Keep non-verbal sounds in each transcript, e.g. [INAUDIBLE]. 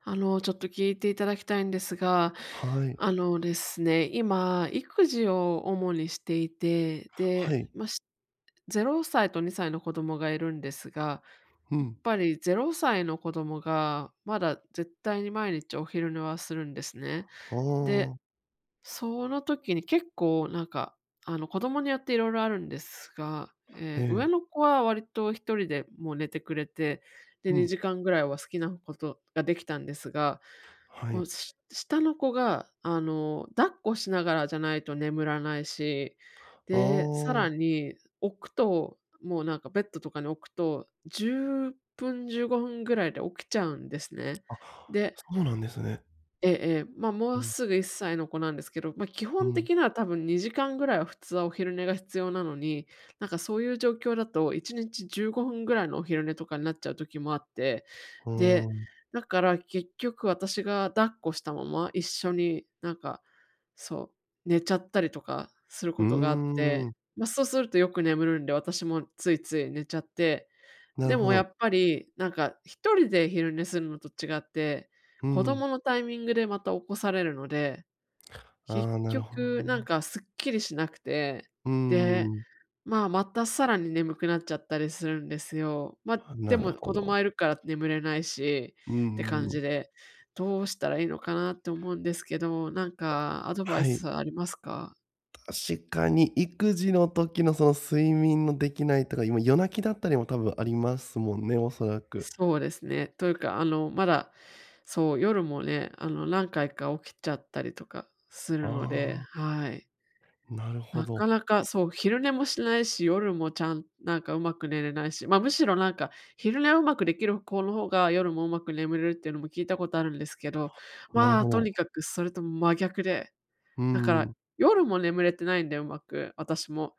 ちょっと聞いていただきたいんですが、はい。あのですね、今、育児を主にしていて、はで、い。まあ、0歳と2歳の子供がいるんですが、うやっん。ぱり0歳の子供が、まだ絶対に毎日お昼寝はするんですね。あであ、その時に結構なんか、子供によっていろいろあるんですが、え上え、の子は割と一人でもう寝てくれて、で、うん、2時間ぐらいは好きなことができたんですが、はもう、い。下の子が、抱っこしながらじゃないと眠らないし、あで、さらあ、に置くと、もうなんかベッドとかに置くと、10分15分ぐらいで起きちゃうんですね。あ、でそうなんですね。まあ、もううん、すぐ1歳の子なんですけど、まあ、基う本的ん、には多分2時間ぐらいは普通はお昼寝が必要なのに、なんかそういう状況だと1日15分ぐらいのお昼寝とかになっちゃう時もあって、うで、ーん。だから結局私が抱っこしたまま一緒になんか、そう、寝ちゃったりとかするうこーとがあって、ん、まあ、そうするとよく眠るんで、私もついつい寝ちゃって。なでるほもやど。っぱり、なんか一人で昼寝するのと違って、う子供ん。のタイミングでまた起こされるので、結ああ、なるほど局なんね。かすっきりしなくて、うーで、ん、まあ、またさらに眠くなっちゃったりするんですよ。ま、あでなるもほ子供ど。はいるから眠れないしうってん感うん。じで、どうしたらいいのかなって思うんですけど、なんかアドバイはい、スありますか？確かに育児の時のその睡眠のできないとか、今夜泣きだったりも多分ありますもんね、おそらく。そうですね。というか、あの、まだ、そう、夜もね、何回か起きちゃったりとかするので、あはい。あ、なるほなかど、なか、そう、昼寝もしないし、夜もちゃんなんかうまく寝れないし、まあ、むしろなんか、昼寝をうまくできる子の方が、夜もうまく眠れるっていうのも聞いたことあるんですけど、なるまあ、ほとにど。かくそれと真逆で、うだかんら、うん。夜も眠れてないんで、うまく、私も。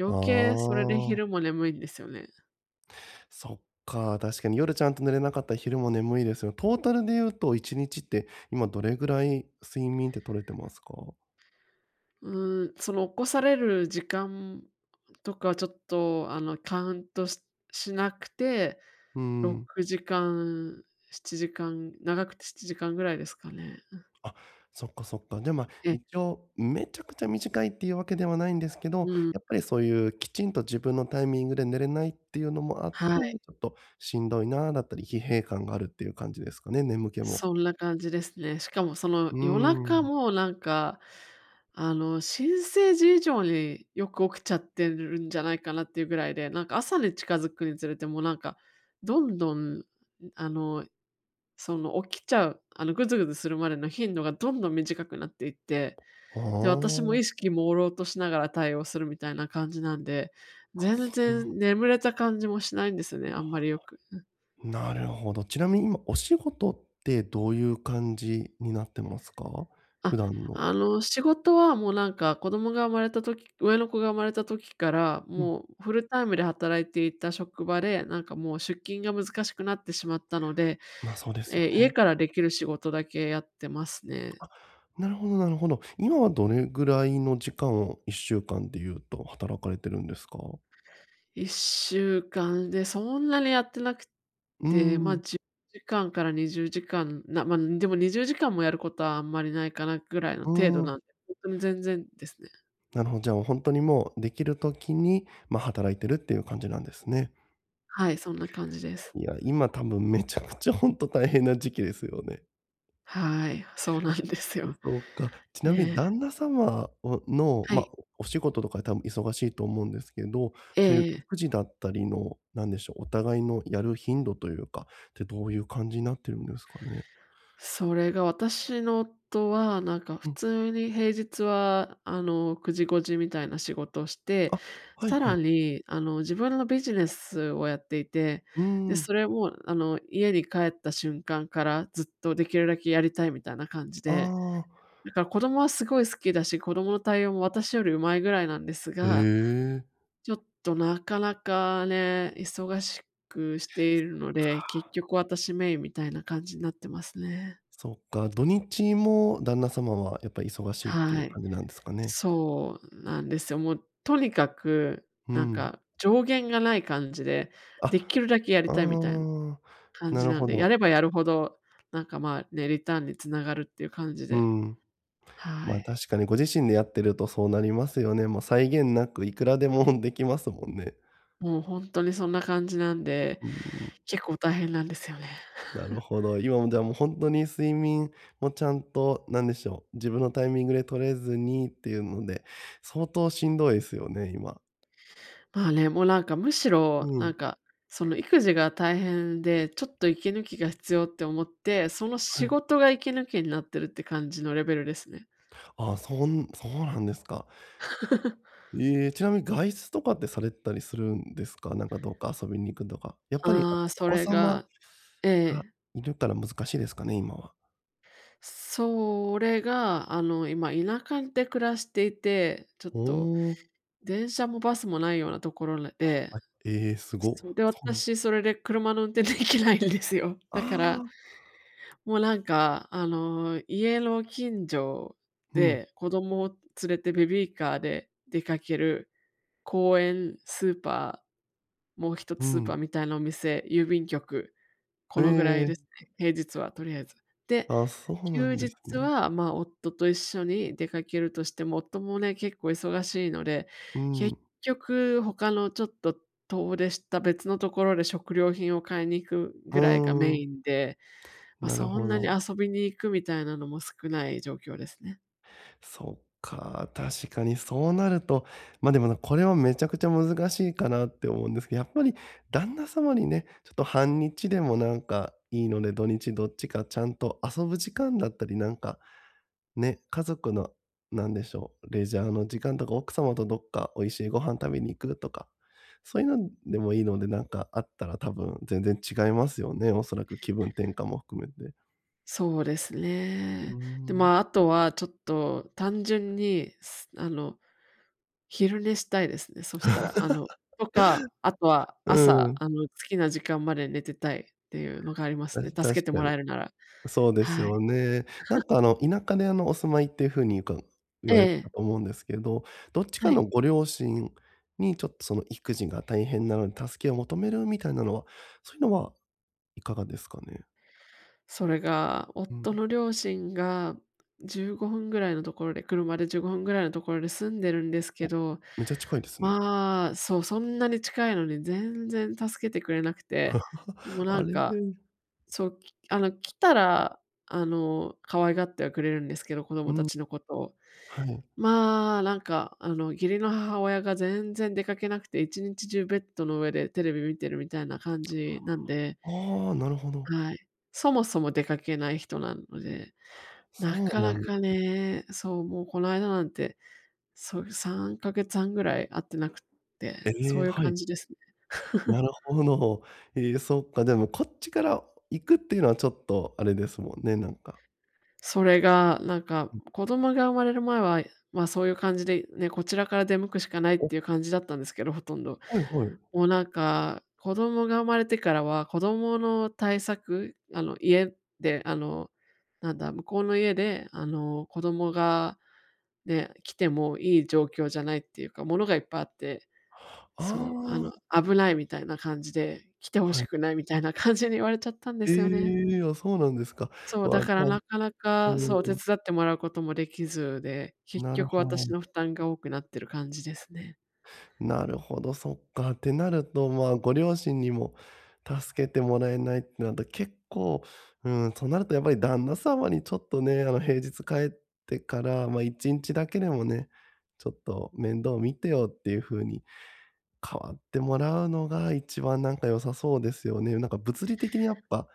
余計あそれであ。昼も眠いんですよね。そっか、確かに夜ちゃんと寝れなかったら昼も眠いですよ。トータルで言うと1日って今どれぐらい睡眠って取れてますか？うーん、その起こされる時間とかちょっと、カウントしなくて、うん。6時間、7時間、長くて7時間ぐらいですかね。あ、そっかそっか。で、まあ、え、一応めちゃくちゃ短いっていうわけではないんですけど、うん、やっぱりそういうきちんと自分のタイミングで寝れないっていうのもあっはて、い、ちょっとしんどいなあだったり、疲弊感があるっていう感じですかね、眠気も。そんな感じですね。しかもそのうー夜中ん。もなんか、新生児以上によく起きちゃってるんじゃないかなっていうぐらいで、なんか朝に近づくにつれてもなんか、どんどん、あの、その、起きちゃう、あの、ぐずぐずするまでの頻度がどんどん短くなっていって、で、私あも意識朦朧としながら対応するみたいな感じなんで、あ、あ、全然眠れた感じもしないんですよね、あんまりよく。なるほど。ちなみに今お仕事ってどういう感じになってますか？あ、普段の。仕事はもうなんか子供が生まれた時上の子が生まれた時から、うん、もうフルタイムで働いていた職場で、なんかもう出勤が難しくなってしまったので、まあ、そうですよええ、家ね。からできる仕事だけやってますね。なるほどなるほど。今はどれぐらいの時間を1週間でいうと働かれてるんですか？1週間で、そんなにやってなくうーて、まあ、ん、10時間から20時間、まあ、でも20時間もやることはあんまりないかなぐらいのう程度ーん、なんで、ほんとに全然ですね。なるほど。じゃあ、本当にもうできる時に、まあ、働いてるっていう感じなんですね。はい、そんな感じです。いや、今多分めちゃくちゃ本当大変な時期ですよね。はい、そうなんですよ。そうか。ちえなみにえ、旦那様の、はま、い、お仕事とか多分忙しいと思うんですけど、えそういえうええ。育児だったりの、なんでしょう、お互いのやる頻度というか、ってどういう感じになってるんですかね？それが私の夫は、なんかう普ん。通に平日は、9時5時みたいな仕事をして、あ、はいさはらい。に、自分のビジネスをやっていて、うーで、ん。それも、家に帰った瞬間からずっとできるだけやりたいみたいな感じで、あだから子供はすごい好きだし、子供の対応も私より上手いぐらいなんですあ、へが、え。ちょっとなかなかね、忙しくしているので、結局私メインみたいな感じになってますね。そっか、土日も旦那様はやっぱ忙しいっていはうい。感じなんですかね？そうなんですよ。もうとにかく、うなんん。か上限がない感じで、あ、できるだけやありたいみたいなあ、感なじるなんほで、やど。ればやるほど、なんか、まあ、ね、リターンに繋がるっていう感じうで、ん。はまあ、い。確かにご自身でやってるとそうなりますよね。もう際限なくいくらでも [LAUGHS] できますもんね。もう本当にそんな感じなんで、[LAUGHS] うん、結構大変なんですよね。なる [LAUGHS] ほど。今もじゃあもう本当に睡眠もちゃんと、なんでしょう、自分のタイミングで取れずにっていうので、相当しんどいですよね、今。まあね、もうなんかむしろ、うなんん、か、その育児が大変で、ちょっと息抜きが必要って思って、そのは仕い。事が息抜きになってるって感じのレベルですね。ああ、そうなんですか。[LAUGHS] ええ、ちなみに外出とかってされたりするんですか？なんかどうか遊びに行くとか。やっぱりおああ、おそ子れ様ががええ。いるから難しいですかね、今は。それが、今田舎で暮らしていて、ちょっおとお。電車もバスもないようなところで、あ、ええ、すご。私それで車の運転できないんですよ。[LAUGHS] あだから、あ、もうなんか、家の近所うん、で子供を連れてベビーカーで出かける公園、スーパー、もう一うつスーパーん。みたいなお店、郵便局、こえのぐらいですえ。ね、平日はとりあえず。で、あ、そうな休んです日ね。は、ま、夫と一緒に出かけるとしても、夫もね、結構忙しいので、う結ん。局他のちょっと遠出した別のところで食料品を買いに行くうぐらいがメーん、インで、まあ、なるそんほなにど。遊びに行くみたいなのも少ない状況ですね。そっか、確かにそうなると、ま、あでも、これはめちゃくちゃ難しいかなって思うんですけど、やっぱり旦那様にね、ちょっと半日でもなんかいいので、土日どっちかちゃんと遊ぶ時間だったり、なんか、ね、家族のなんでしょう、レジャーの時間とか、奥様とどっか美味しいご飯食べに行くとか、そういうのでもいいので、なんかあったら多分全然違いますよね、おそらく気分転換も含めて。そうですうーね。で、ん。まあ、あとはちょっと単純に、すあの昼寝したいですね、そしたら。とか、あとはう朝、ん、好きな時間まで寝てたいっていうのがありますね、た助け確てかもに。らえるなら。そうですはい。よね。なんかあの、田舎であの、お住まいっていう風に言えわれてたえ、と思うんですけど、どっちかはのい。ご両親にちょっとその育児が大変なので助けを求めるみたいなのは、そういうのはいかがですかね？それが、うん。夫の両親が15分ぐらいのところで、車で15分ぐらいのところで住んでるんですけお、ど、めちゃ近いですね。まあ、そう、そんなに近いのに全然助けてくれなくて、でも [LAUGHS] なあんれ、かそう、きあの、来たら、可愛がってはくれるんですけど、子う供たん、ちのことを。はい。まあ、なんか、義理の母親が全然出かけなくて、一日中ベッドの上でテレビ見てるみたいな感じなんで、ああ、なるほど。はい。そもそも出かけない人なので、そなうかななんでかす。ね、そう、もうこの間なんて、そう、3ヶ月半ぐらい会ってなくって、えそえ、ういうは感い。じですね。なる [LAUGHS] ほど。ええ、そっか、でもこっちから行くっていうのはちょっとあれですもんね、なんか。それが、なんか、うん。子供が生まれる前は、まあ、そういう感じで、ね、こちらから出向くしかないっお、ていう感じだったんですけど、ほとんど。はいはい。もうなんか、子供が生まれてからは、子供の対策、あの、家で、あの、なんだ、向こうの家で、子供がね、来てもいい状況じゃないっていうか、物がいっぱいあって、あそう、あ。危ないみたいな感じで、来て欲はしい。くないみたいな感じに言われちゃったんでえすよね。え、あ、そうなんですか。そう、だわ、じからゃあ、なかなうか、そう、手ん、伝ってもらうこともできずで、結なる局ほ私ど。の負担が多くなってる感じですね。なるほど、そっか。ってなると、まあ、ご両親にも助けてもらえないってなると、結構、うん、となるとやっぱり旦那様にちょっとね、あの、平日帰ってから、まあ、1日だけでもね、ちょっと面倒見てよっていう風に代わってもらうのが一番なんか良さそうですよね。なんか物理的にやっぱ、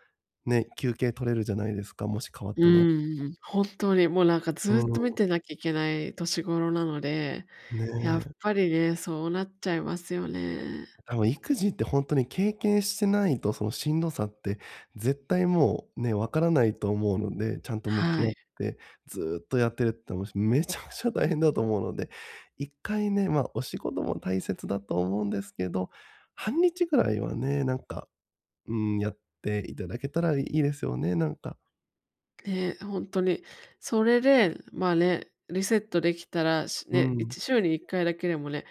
ね、休憩取れるじゃないですか、もし代わっうてもらう、ん、本当にもうなんかずっと見てなきゃいけない年頃なので、うん、やっね。ぱりね、そうなっちゃいますよね。多分育児って本当に経験してないと、そのしんどさって絶対もうね、わからないと思うので、ちゃんと向きは合っい。て、ずーっとやってるってもうめちゃくちゃ大変だと思うので、一回ね、ま、お仕事も大切だと思うんですけど、半日ぐらいはね、なんか、うん、やっていただけたらいいですよね、なんか。ね、本当に。それで、まあね、リセットできたら、うね、いん、ち週に1回だけでもね、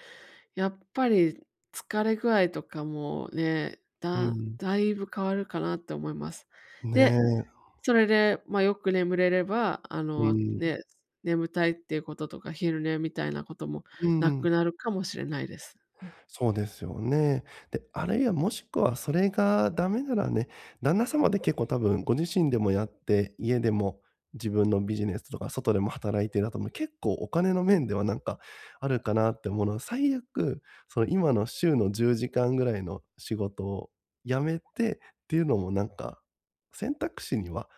やっぱり疲れ具合とかもね、うん。だいぶ変わるかなって思います。ねえ、で、それで、ま、よく眠れれば、うん、ね、眠たいっていうこととか、昼寝みたいなこともうなん。くなるかもしれないです。そうですよね。で、あるいはもしくはそれがダメならね、旦那様で結構多分ご自身でもやって、家でも自分のビジネスとか外でも働いてるだと、もう結構お金の面ではなんかあるかなって思うのは、最悪、その今の週の10時間ぐらいの仕事を辞めてっていうのもなんか、選択肢には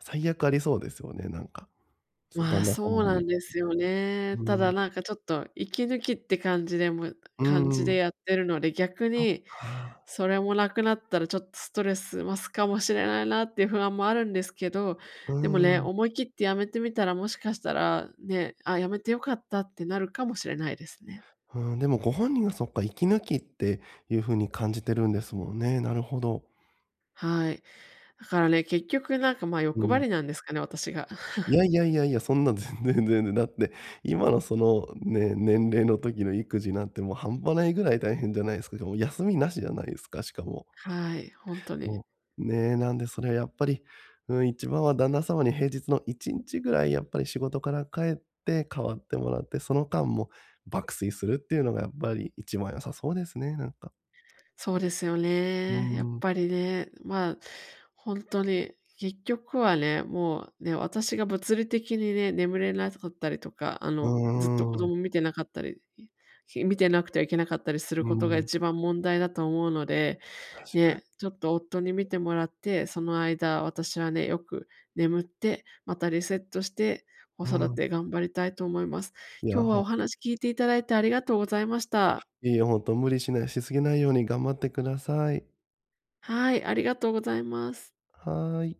最悪ありそうですよね、なんか。そう、ま旦あ、那様そうなに。んですよね。うただん。なんかちょっと息抜きってうー感じでん。やってるので、逆そっにか。それもなくなったらちょっとストレス増すかもしれないなっていう不安もあるんですけど、うでもーね、ん。思い切ってやめてみたらもしかしたらね、あ、やめてよかったってなるかもしれないですね。うん、でもご本人がそっか、息抜きっていう風に感じてるんですもんね。なるほど。はい。だからね、結局なんかまあう欲張ん。りなんですかね、私が。[LAUGHS] いやいやいやいや、そんな全然全然。だって、今のそのね、年齢の時の育児なんてもう半端ないぐらい大変じゃないですか。もう休みなしじゃないですか、しかも。はい、本当に。うん、ね、なんでそれはやっぱり、うん、一番は旦那様に平日の1日ぐらいやっぱり仕事から帰って代わってもらって、その間も爆睡するっていうのがやっぱり一番良さそうですね、なんか。そうですようね。やっん。ぱりね、まあ、本当に、結局はね、もうね、私が物理的にね、眠れなかったりとか、うずっと子ーん。供見てなかったり、見てなくてはいけなかったりするうことがん、一番問題だと思うので、確かに。ね、ちょっと夫に見てもらって、その間私はね、よく眠って、またリセットして、子う育ん。て頑張りたいと思います。いや、今日はほおん 話聞いていただいてありがとうございまし [LAUGHS] あ、た。いえいえ、ほんと無理しないしすぎないように頑張ってください。はい、ありがとうございます。はい。